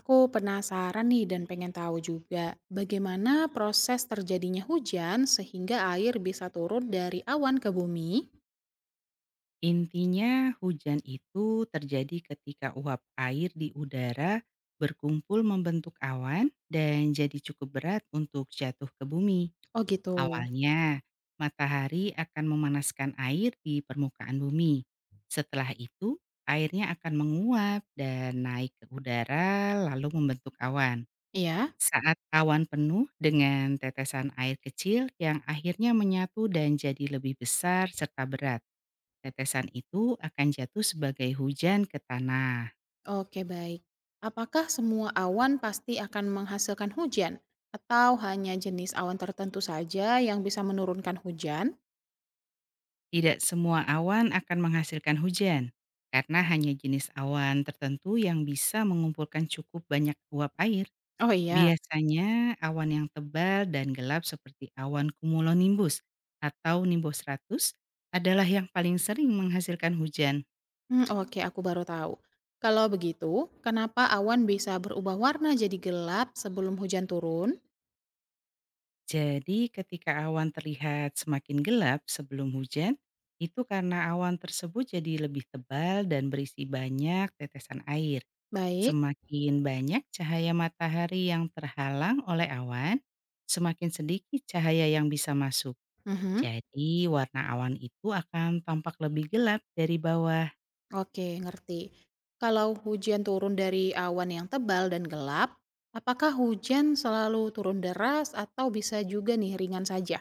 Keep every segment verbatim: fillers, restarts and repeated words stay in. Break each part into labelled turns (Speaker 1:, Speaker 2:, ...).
Speaker 1: Aku penasaran nih dan pengen tahu juga bagaimana proses terjadinya hujan sehingga air bisa turun dari awan ke bumi.
Speaker 2: Intinya, hujan itu terjadi ketika uap air di udara berkumpul membentuk awan dan jadi cukup berat untuk jatuh ke bumi.
Speaker 1: Oh gitu.
Speaker 2: Awalnya, matahari akan memanaskan air di permukaan bumi. Setelah itu, airnya akan menguap dan naik ke udara, lalu membentuk awan.
Speaker 1: Iya.
Speaker 2: Saat awan penuh dengan tetesan air kecil yang akhirnya menyatu dan jadi lebih besar serta berat. Tetesan itu akan jatuh sebagai hujan ke tanah.
Speaker 1: Oke, baik. Apakah semua awan pasti akan menghasilkan hujan atau hanya jenis awan tertentu saja yang bisa menurunkan hujan?
Speaker 2: Tidak semua awan akan menghasilkan hujan, karena hanya jenis awan tertentu yang bisa mengumpulkan cukup banyak uap air.
Speaker 1: Oh iya.
Speaker 2: Biasanya awan yang tebal dan gelap seperti awan cumulonimbus atau nimbus seratus adalah yang paling sering menghasilkan hujan.
Speaker 1: Hmm, oke, aku baru tahu. Kalau begitu, kenapa awan bisa berubah warna jadi gelap sebelum hujan turun?
Speaker 2: Jadi ketika awan terlihat semakin gelap sebelum hujan, itu karena awan tersebut jadi lebih tebal dan berisi banyak tetesan air.
Speaker 1: Baik.
Speaker 2: Semakin banyak cahaya matahari yang terhalang oleh awan, semakin sedikit cahaya yang bisa masuk.
Speaker 1: Mhm.
Speaker 2: Jadi warna awan itu akan tampak lebih gelap dari bawah.
Speaker 1: Oke, ngerti. Kalau hujan turun dari awan yang tebal dan gelap, apakah hujan selalu turun deras atau bisa juga nih ringan saja?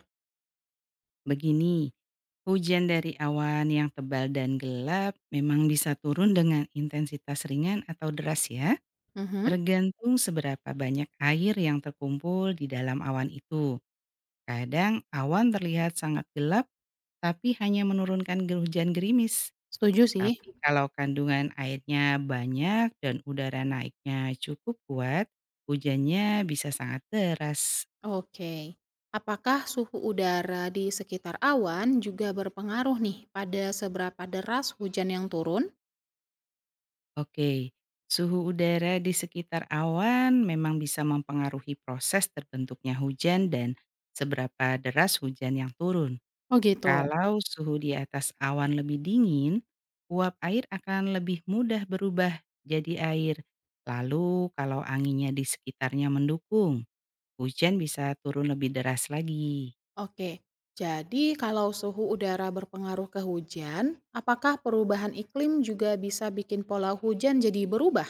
Speaker 2: Begini, hujan dari awan yang tebal dan gelap memang bisa turun dengan intensitas ringan atau deras ya.
Speaker 1: Mhm,
Speaker 2: Tergantung seberapa banyak air yang terkumpul di dalam awan itu. Kadang awan terlihat sangat gelap, tapi hanya menurunkan ger- hujan gerimis.
Speaker 1: setuju sih.
Speaker 2: Tapi kalau kandungan airnya banyak dan udara naiknya cukup kuat, hujannya bisa sangat deras.
Speaker 1: Oke. Apakah suhu udara di sekitar awan juga berpengaruh nih pada seberapa deras hujan yang turun?
Speaker 2: Oke, suhu udara di sekitar awan memang bisa mempengaruhi proses terbentuknya hujan dan seberapa deras hujan yang turun.
Speaker 1: Oh gitu.
Speaker 2: Kalau suhu di atas awan lebih dingin, uap air akan lebih mudah berubah jadi air. Lalu kalau anginnya di sekitarnya mendukung, hujan bisa turun lebih deras lagi.
Speaker 1: Oke. Jadi kalau suhu udara berpengaruh ke hujan, apakah perubahan iklim juga bisa bikin pola hujan jadi berubah?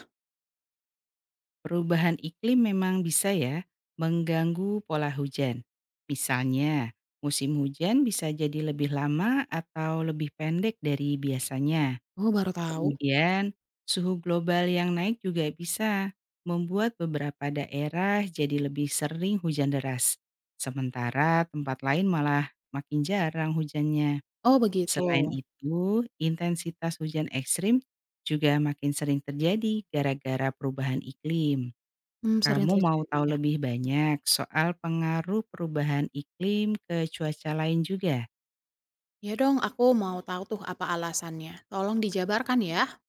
Speaker 2: Perubahan iklim memang bisa ya mengganggu pola hujan. Misalnya, musim hujan bisa jadi lebih lama atau lebih pendek dari biasanya.
Speaker 1: Oh, baru tahu.
Speaker 2: Kemudian, suhu global yang naik juga bisa membuat beberapa daerah jadi lebih sering hujan deras, sementara tempat lain malah makin jarang hujannya.
Speaker 1: Oh begitu.
Speaker 2: Selain itu, intensitas hujan ekstrim juga makin sering terjadi gara-gara perubahan iklim.
Speaker 1: Mmm, sering
Speaker 2: Kamu mau
Speaker 1: terjadi
Speaker 2: tahu
Speaker 1: ya.
Speaker 2: lebih banyak soal pengaruh perubahan iklim ke cuaca lain juga?
Speaker 1: Ya dong, aku mau tahu tuh apa alasannya, tolong dijabarkan ya.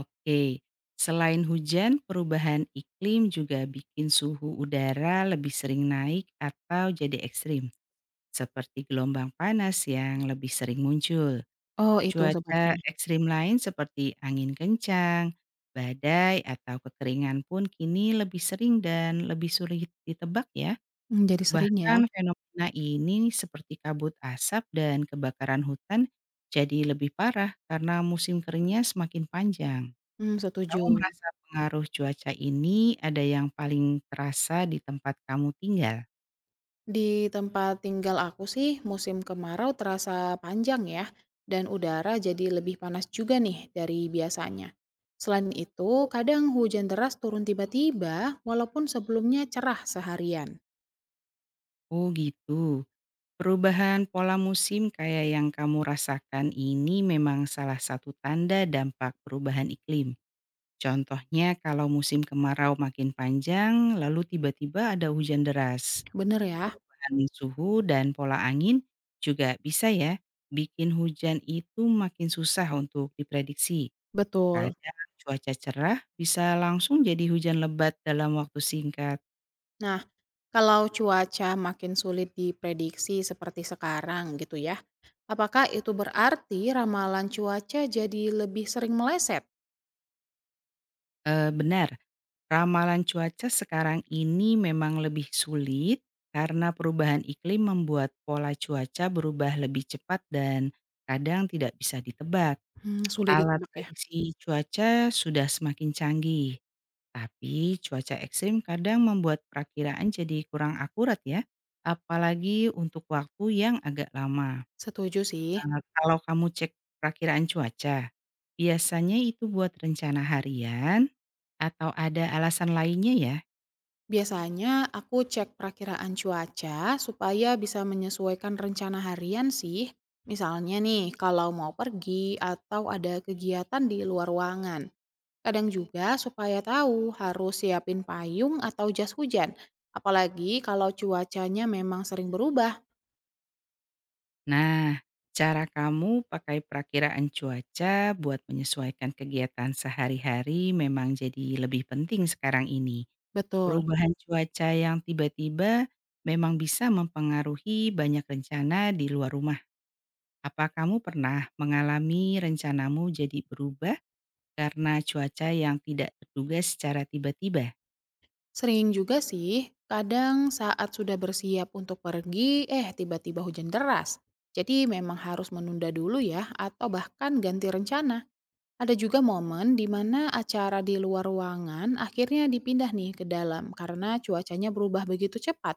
Speaker 2: Oke, selain hujan, perubahan iklim juga bikin suhu udara lebih sering naik atau jadi ekstrim, seperti gelombang panas yang lebih sering muncul.
Speaker 1: Oh, itu sebabnya.
Speaker 2: Cuaca ekstrim lain seperti angin kencang, badai, atau kekeringan pun kini lebih sering dan lebih sulit ditebak ya.
Speaker 1: Mmm, jadi sering ya.
Speaker 2: Bahkan fenomena ini seperti kabut asap dan kebakaran hutan jadi lebih parah karena musim keringnya semakin panjang.
Speaker 1: Mmm,
Speaker 2: Kamu
Speaker 1: setuju.
Speaker 2: merasa pengaruh cuaca ini ada yang paling terasa di tempat kamu tinggal?
Speaker 1: Di tempat tinggal aku sih musim kemarau terasa panjang ya, dan udara jadi lebih panas juga nih dari biasanya. Selain itu, kadang hujan deras turun tiba-tiba walaupun sebelumnya cerah seharian.
Speaker 2: Oh gitu. Perubahan pola musim kayak yang kamu rasakan ini memang salah satu tanda dampak perubahan iklim. Contohnya kalau musim kemarau makin panjang, lalu tiba-tiba ada hujan deras.
Speaker 1: Bener ya?
Speaker 2: Perubahan suhu dan pola angin juga bisa ya bikin hujan itu makin susah untuk diprediksi.
Speaker 1: Betul.
Speaker 2: Kadang cuaca cerah bisa langsung jadi hujan lebat dalam waktu singkat.
Speaker 1: Nah, kalau cuaca makin sulit diprediksi seperti sekarang gitu ya, apakah itu berarti ramalan cuaca jadi lebih sering meleset?
Speaker 2: Eh, benar, ramalan cuaca sekarang ini memang lebih sulit karena perubahan iklim membuat pola cuaca berubah lebih cepat dan kadang tidak bisa ditebak.
Speaker 1: Hmm, sulit
Speaker 2: Alat
Speaker 1: ditebak ya.
Speaker 2: prediksi cuaca sudah semakin canggih, tapi cuaca ekstrim kadang membuat perakiraan jadi kurang akurat ya, apalagi untuk waktu yang agak lama.
Speaker 1: Setuju sih.
Speaker 2: Eee, kalau kamu cek perakiraan cuaca, biasanya itu buat rencana harian atau ada alasan lainnya ya?
Speaker 1: Biasanya aku cek perakiraan cuaca supaya bisa menyesuaikan rencana harian sih. Misalnya nih, kalau mau pergi atau ada kegiatan di luar ruangan. Kadang juga supaya tahu harus siapin payung atau jas hujan. Apalagi kalau cuacanya memang sering berubah.
Speaker 2: Nah, cara kamu pakai perakiraan cuaca buat menyesuaikan kegiatan sehari-hari memang jadi lebih penting sekarang ini.
Speaker 1: Betul.
Speaker 2: Perubahan cuaca yang tiba-tiba memang bisa mempengaruhi banyak rencana di luar rumah. Apa kamu pernah mengalami rencanamu jadi berubah? Karena cuaca yang tidak terduga secara tiba-tiba.
Speaker 1: Sering juga sih, kadang saat sudah bersiap untuk pergi, eh, tiba-tiba hujan deras. Jadi memang harus menunda dulu ya, atau bahkan ganti rencana. Ada juga momen di mana acara di luar ruangan akhirnya dipindah nih ke dalam karena cuacanya berubah begitu cepat.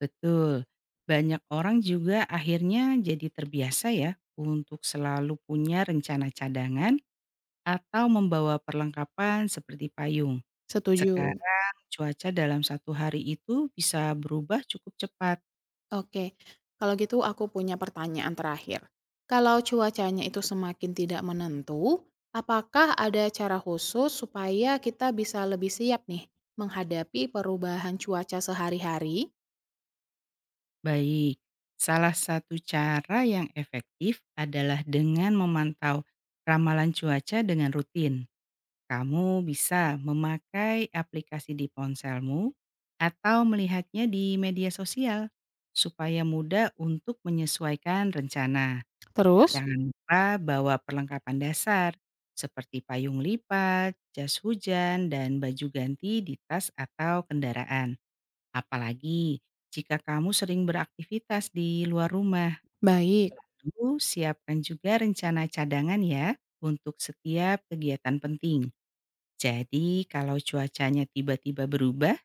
Speaker 2: Betul, banyak orang juga akhirnya jadi terbiasa ya untuk selalu punya rencana cadangan atau membawa perlengkapan seperti payung.
Speaker 1: Setuju.
Speaker 2: Sekarang cuaca dalam satu hari itu bisa berubah cukup cepat.
Speaker 1: Oke, kalau gitu aku punya pertanyaan terakhir. Kalau cuacanya itu semakin tidak menentu, apakah ada cara khusus supaya kita bisa lebih siap nih menghadapi perubahan cuaca sehari-hari?
Speaker 2: Baik, salah satu cara yang efektif adalah dengan memantau ramalan cuaca dengan rutin. Kamu bisa memakai aplikasi di ponselmu atau melihatnya di media sosial supaya mudah untuk menyesuaikan rencana.
Speaker 1: Terus.
Speaker 2: Jangan lupa bawa perlengkapan dasar seperti payung lipat, jas hujan, dan baju ganti di tas atau kendaraan. Apalagi jika kamu sering beraktivitas di luar rumah,
Speaker 1: Baik.
Speaker 2: lalu siapkan juga rencana cadangan ya untuk setiap kegiatan penting. Jadi kalau cuacanya tiba-tiba berubah,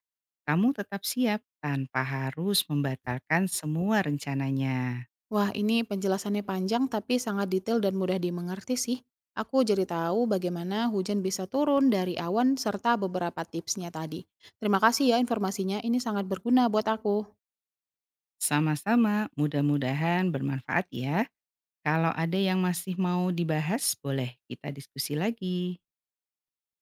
Speaker 2: kamu tetap siap tanpa harus membatalkan semua rencananya.
Speaker 1: Wah, ini penjelasannya panjang tapi sangat detail dan mudah dimengerti sih. Aku jadi tahu bagaimana hujan bisa turun dari awan serta beberapa tipsnya tadi. Terima kasih ya informasinya, ini sangat berguna buat aku.
Speaker 2: Sama-sama, mudah-mudahan bermanfaat ya. Kalau ada yang masih mau dibahas, boleh kita diskusi lagi.